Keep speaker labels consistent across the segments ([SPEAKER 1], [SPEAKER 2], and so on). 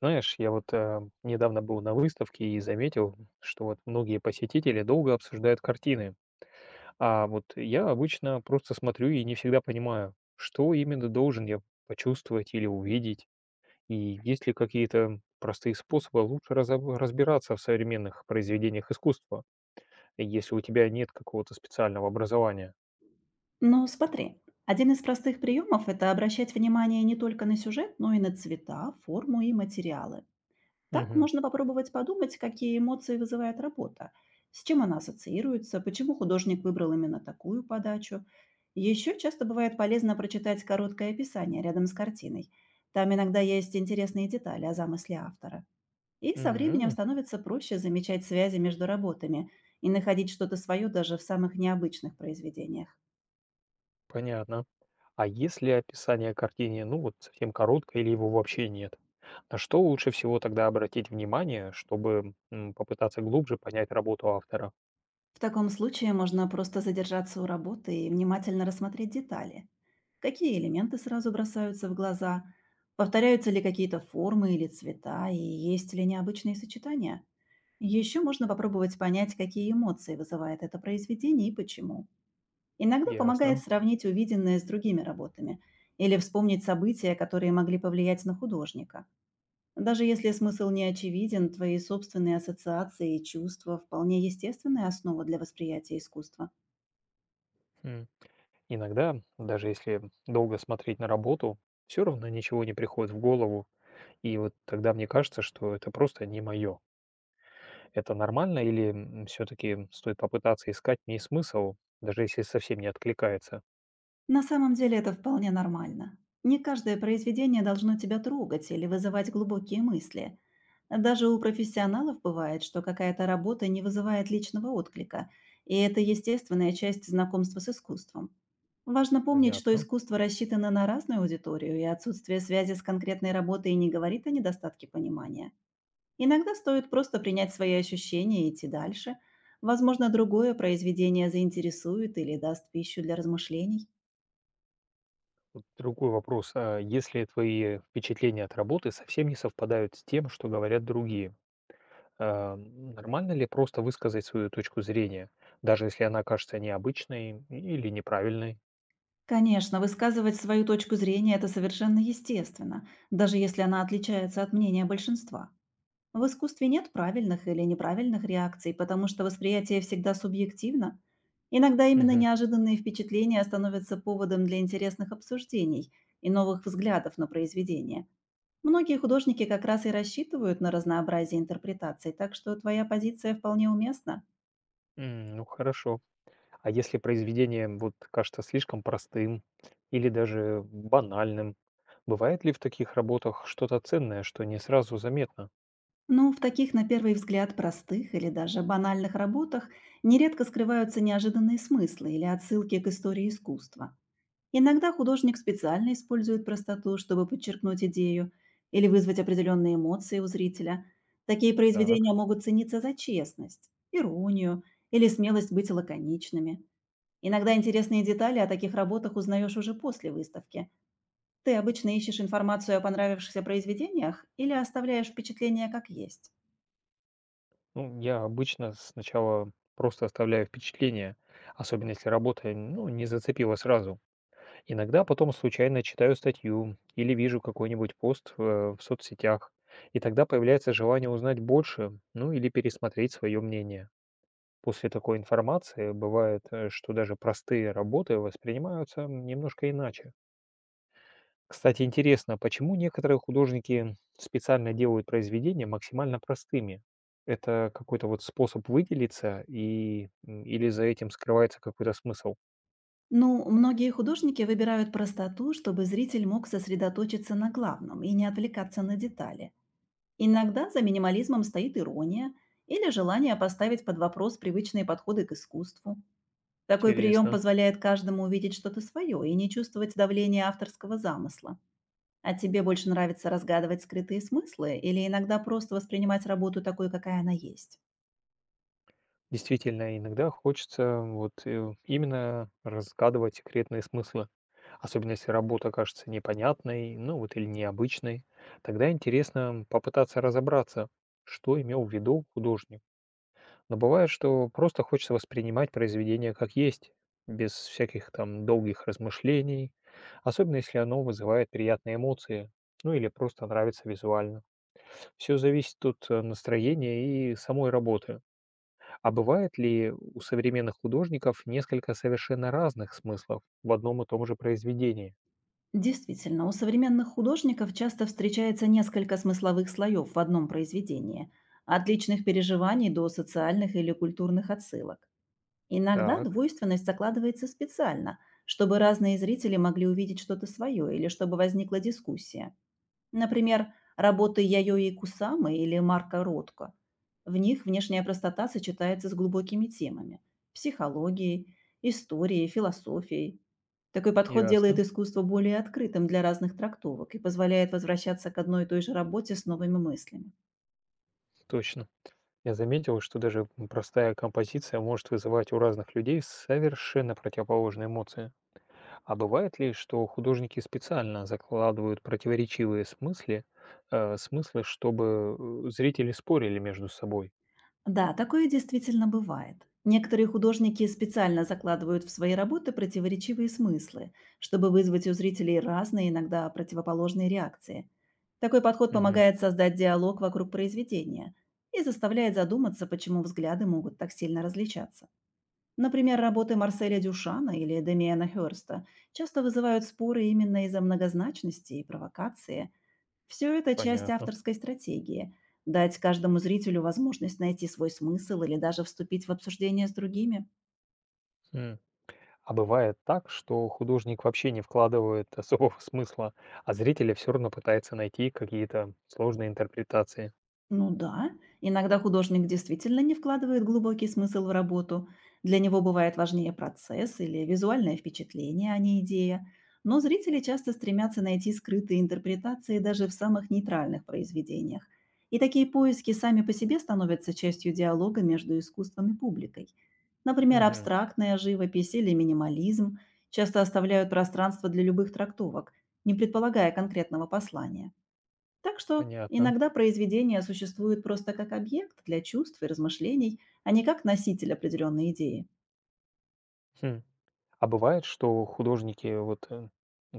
[SPEAKER 1] Знаешь, я вот недавно был на выставке и заметил, что вот многие посетители долго обсуждают картины, а вот я обычно просто смотрю и не всегда понимаю, что именно должен я почувствовать или увидеть, и есть ли какие-то простые способы лучше разбираться в современных произведениях искусства, если у тебя нет какого-то специального образования.
[SPEAKER 2] Ну, смотри, один из простых приемов– это обращать внимание не только на сюжет, но и на цвета, форму и материалы. Так
[SPEAKER 1] Мгм.
[SPEAKER 2] можно попробовать подумать, какие эмоции вызывает работа, с чем она ассоциируется, почему художник выбрал именно такую подачу. Еще часто бывает полезно прочитать короткое описание рядом с картиной. Там иногда есть интересные детали о замысле автора. И со временем
[SPEAKER 1] М,
[SPEAKER 2] становится проще замечать связи между работами и находить что-то свое даже в самых необычных произведениях.
[SPEAKER 1] Понятно. А если описание картине, ну вот совсем короткое или его вообще нет? На что лучше всего тогда обратить внимание, чтобы попытаться глубже понять работу автора?
[SPEAKER 2] В таком случае можно просто задержаться у работы и внимательно рассмотреть детали. Какие элементы сразу бросаются в глаза? Повторяются ли какие-то формы или цвета? И есть ли необычные сочетания? Еще можно попробовать понять, какие эмоции вызывает это произведение и почему. Иногда помогает
[SPEAKER 1] Ясно.
[SPEAKER 2] сравнить увиденное с другими работами или вспомнить события, которые могли повлиять на художника. Даже если смысл не очевиден, твои собственные ассоциации и чувства– вполне естественная основа для восприятия искусства.
[SPEAKER 1] М. Иногда, даже если долго смотреть на работу, все равно ничего не приходит в голову. И вот тогда мне кажется, что это просто не мое. Это нормально или все-таки стоит попытаться искать в ней смысл, даже если совсем не откликается?
[SPEAKER 2] На самом деле это вполне нормально. Не каждое произведение должно тебя трогать или вызывать глубокие мысли. Даже у профессионалов бывает, что какая-то работа не вызывает личного отклика, и это естественная часть знакомства с искусством. Важно помнить, что
[SPEAKER 1] Понятно.
[SPEAKER 2] искусство рассчитано на разную аудиторию, и отсутствие связи с конкретной работой не говорит о недостатке понимания. Иногда стоит просто принять свои ощущения и идти дальше. Возможно, другое произведение заинтересует или даст пищу для размышлений.
[SPEAKER 1] Другой вопрос. А если твои впечатления от работы совсем не совпадают с тем, что говорят другие, а, нормально ли просто высказать свою точку зрения, даже если она кажется необычной или неправильной?
[SPEAKER 2] Конечно, высказывать свою точку зрения– это совершенно естественно, даже если она отличается от мнения большинства. В искусстве нет правильных или неправильных реакций, потому что восприятие всегда субъективно. Иногда именно
[SPEAKER 1] Мгм.
[SPEAKER 2] неожиданные впечатления становятся поводом для интересных обсуждений и новых взглядов на произведение. Многие художники как раз и рассчитывают на разнообразие интерпретаций, так что твоя позиция вполне уместна.
[SPEAKER 1] Ну хорошо. А если произведение вот кажется слишком простым или даже банальным, бывает ли в таких работах что-то ценное, что не сразу заметно?
[SPEAKER 2] Но в таких, на первый взгляд, простых или даже банальных работах нередко скрываются неожиданные смыслы или отсылки к истории искусства. Иногда художник специально использует простоту, чтобы подчеркнуть идею или вызвать определенные эмоции у зрителя. Такие произведения
[SPEAKER 1] Так.
[SPEAKER 2] могут цениться за честность, иронию или смелость быть лаконичными. Иногда интересные детали о таких работах узнаешь уже после выставки. Ты обычно ищешь информацию о понравившихся произведениях или оставляешь впечатление как есть?
[SPEAKER 1] Ну, я обычно сначала просто оставляю впечатление, особенно если работа, ну, не зацепила сразу. Иногда потом случайно читаю статью или вижу какой-нибудь пост в соцсетях, и тогда появляется желание узнать больше, ну, или пересмотреть свое мнение. После такой информации бывает, что даже простые работы воспринимаются немножко иначе. Кстати, интересно, почему некоторые художники специально делают произведения максимально простыми? Это какой-то вот способ выделиться и или за этим скрывается какой-то смысл?
[SPEAKER 2] Ну, многие художники выбирают простоту, чтобы зритель мог сосредоточиться на главном и не отвлекаться на детали. Иногда за минимализмом стоит ирония или желание поставить под вопрос привычные подходы к искусству. Такой прием
[SPEAKER 1] Интересно.
[SPEAKER 2] позволяет каждому увидеть что-то свое и не чувствовать давления авторского замысла. А тебе больше нравится разгадывать скрытые смыслы или иногда просто воспринимать работу такой, какая она есть?
[SPEAKER 1] Действительно, иногда хочется вот именно разгадывать секретные смыслы. Особенно если работа кажется непонятной, ну вот или необычной, тогда интересно попытаться разобраться, что имел в виду художник. Но бывает, что просто хочется воспринимать произведение как есть, без всяких там долгих размышлений, особенно если оно вызывает приятные эмоции, ну или просто нравится визуально. Все зависит от настроения и самой работы. А бывает ли у современных художников несколько совершенно разных смыслов в одном и том же произведении?
[SPEAKER 2] Действительно, у современных художников часто встречается несколько смысловых слоев в одном произведении, от личных переживаний до социальных или культурных отсылок. Иногда
[SPEAKER 1] Так,
[SPEAKER 2] двойственность закладывается специально, чтобы разные зрители могли увидеть что-то свое или чтобы возникла дискуссия. Например, работы Яёи Кусамы или Марка Ротко. В них внешняя простота сочетается с глубокими темами– психологией, историей, философией. Такой подход делает
[SPEAKER 1] ясно,
[SPEAKER 2] искусство более открытым для разных трактовок и позволяет возвращаться к одной и той же работе с новыми мыслями.
[SPEAKER 1] точно. Я заметил, что даже простая композиция может вызывать у разных людей совершенно противоположные эмоции. А бывает ли, что художники специально закладывают противоречивые смыслы, чтобы зрители спорили между собой?
[SPEAKER 2] Да, такое действительно бывает. Некоторые художники специально закладывают в свои работы противоречивые смыслы, чтобы вызвать у зрителей разные, иногда противоположные реакции. Такой подход
[SPEAKER 1] Мгм.
[SPEAKER 2] помогает создать диалог вокруг произведения и заставляет задуматься, почему взгляды могут так сильно различаться. Например, работы Марселя Дюшана или Демиана Хёрста часто вызывают споры именно из-за многозначности и провокации, все это часть
[SPEAKER 1] Понятно.
[SPEAKER 2] авторской стратегии– дать каждому зрителю возможность найти свой смысл или даже вступить в обсуждение с другими.
[SPEAKER 1] М. А бывает так, что художник вообще не вкладывает особого смысла, а зрители все равно пытаются найти какие-то сложные интерпретации.
[SPEAKER 2] Ну да, иногда художник действительно не вкладывает глубокий смысл в работу. Для него бывает важнее процесс или визуальное впечатление, а не идея. Но зрители часто стремятся найти скрытые интерпретации даже в самых нейтральных произведениях. И такие поиски сами по себе становятся частью диалога между искусством и публикой. Например,
[SPEAKER 1] Мгм.
[SPEAKER 2] абстрактная живопись или минимализм часто оставляют пространство для любых трактовок, не предполагая конкретного послания. Так что
[SPEAKER 1] Понятно.
[SPEAKER 2] иногда произведение существует просто как объект для чувств и размышлений, а не как носитель определенной идеи.
[SPEAKER 1] Хм. А бывает, что художники вот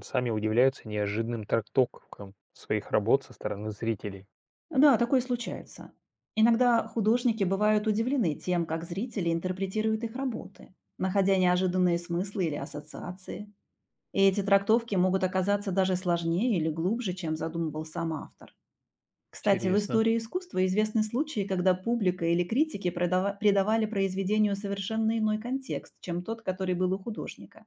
[SPEAKER 1] сами удивляются неожиданным трактовкам своих работ со стороны зрителей.
[SPEAKER 2] Да, такое случается. Иногда художники бывают удивлены тем, как зрители интерпретируют их работы, находя неожиданные смыслы или ассоциации. И эти трактовки могут оказаться даже сложнее или глубже, чем задумывал сам автор. Кстати, в
[SPEAKER 1] Интересно.
[SPEAKER 2] истории искусства известны случаи, когда публика или критики придавали произведению совершенно иной контекст, чем тот, который был у художника.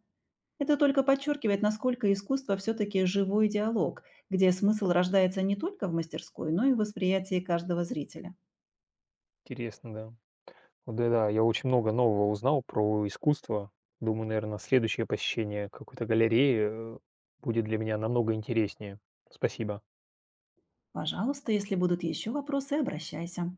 [SPEAKER 2] Это только подчеркивает, насколько искусство все-таки живой диалог, где смысл рождается не только в мастерской, но и в восприятии каждого зрителя.
[SPEAKER 1] Интересно, да. Вот да, да, я очень много нового узнал про искусство. Думаю, наверное, следующее посещение какой-то галереи будет для меня намного интереснее. Спасибо.
[SPEAKER 2] Пожалуйста, если будут еще вопросы, обращайся.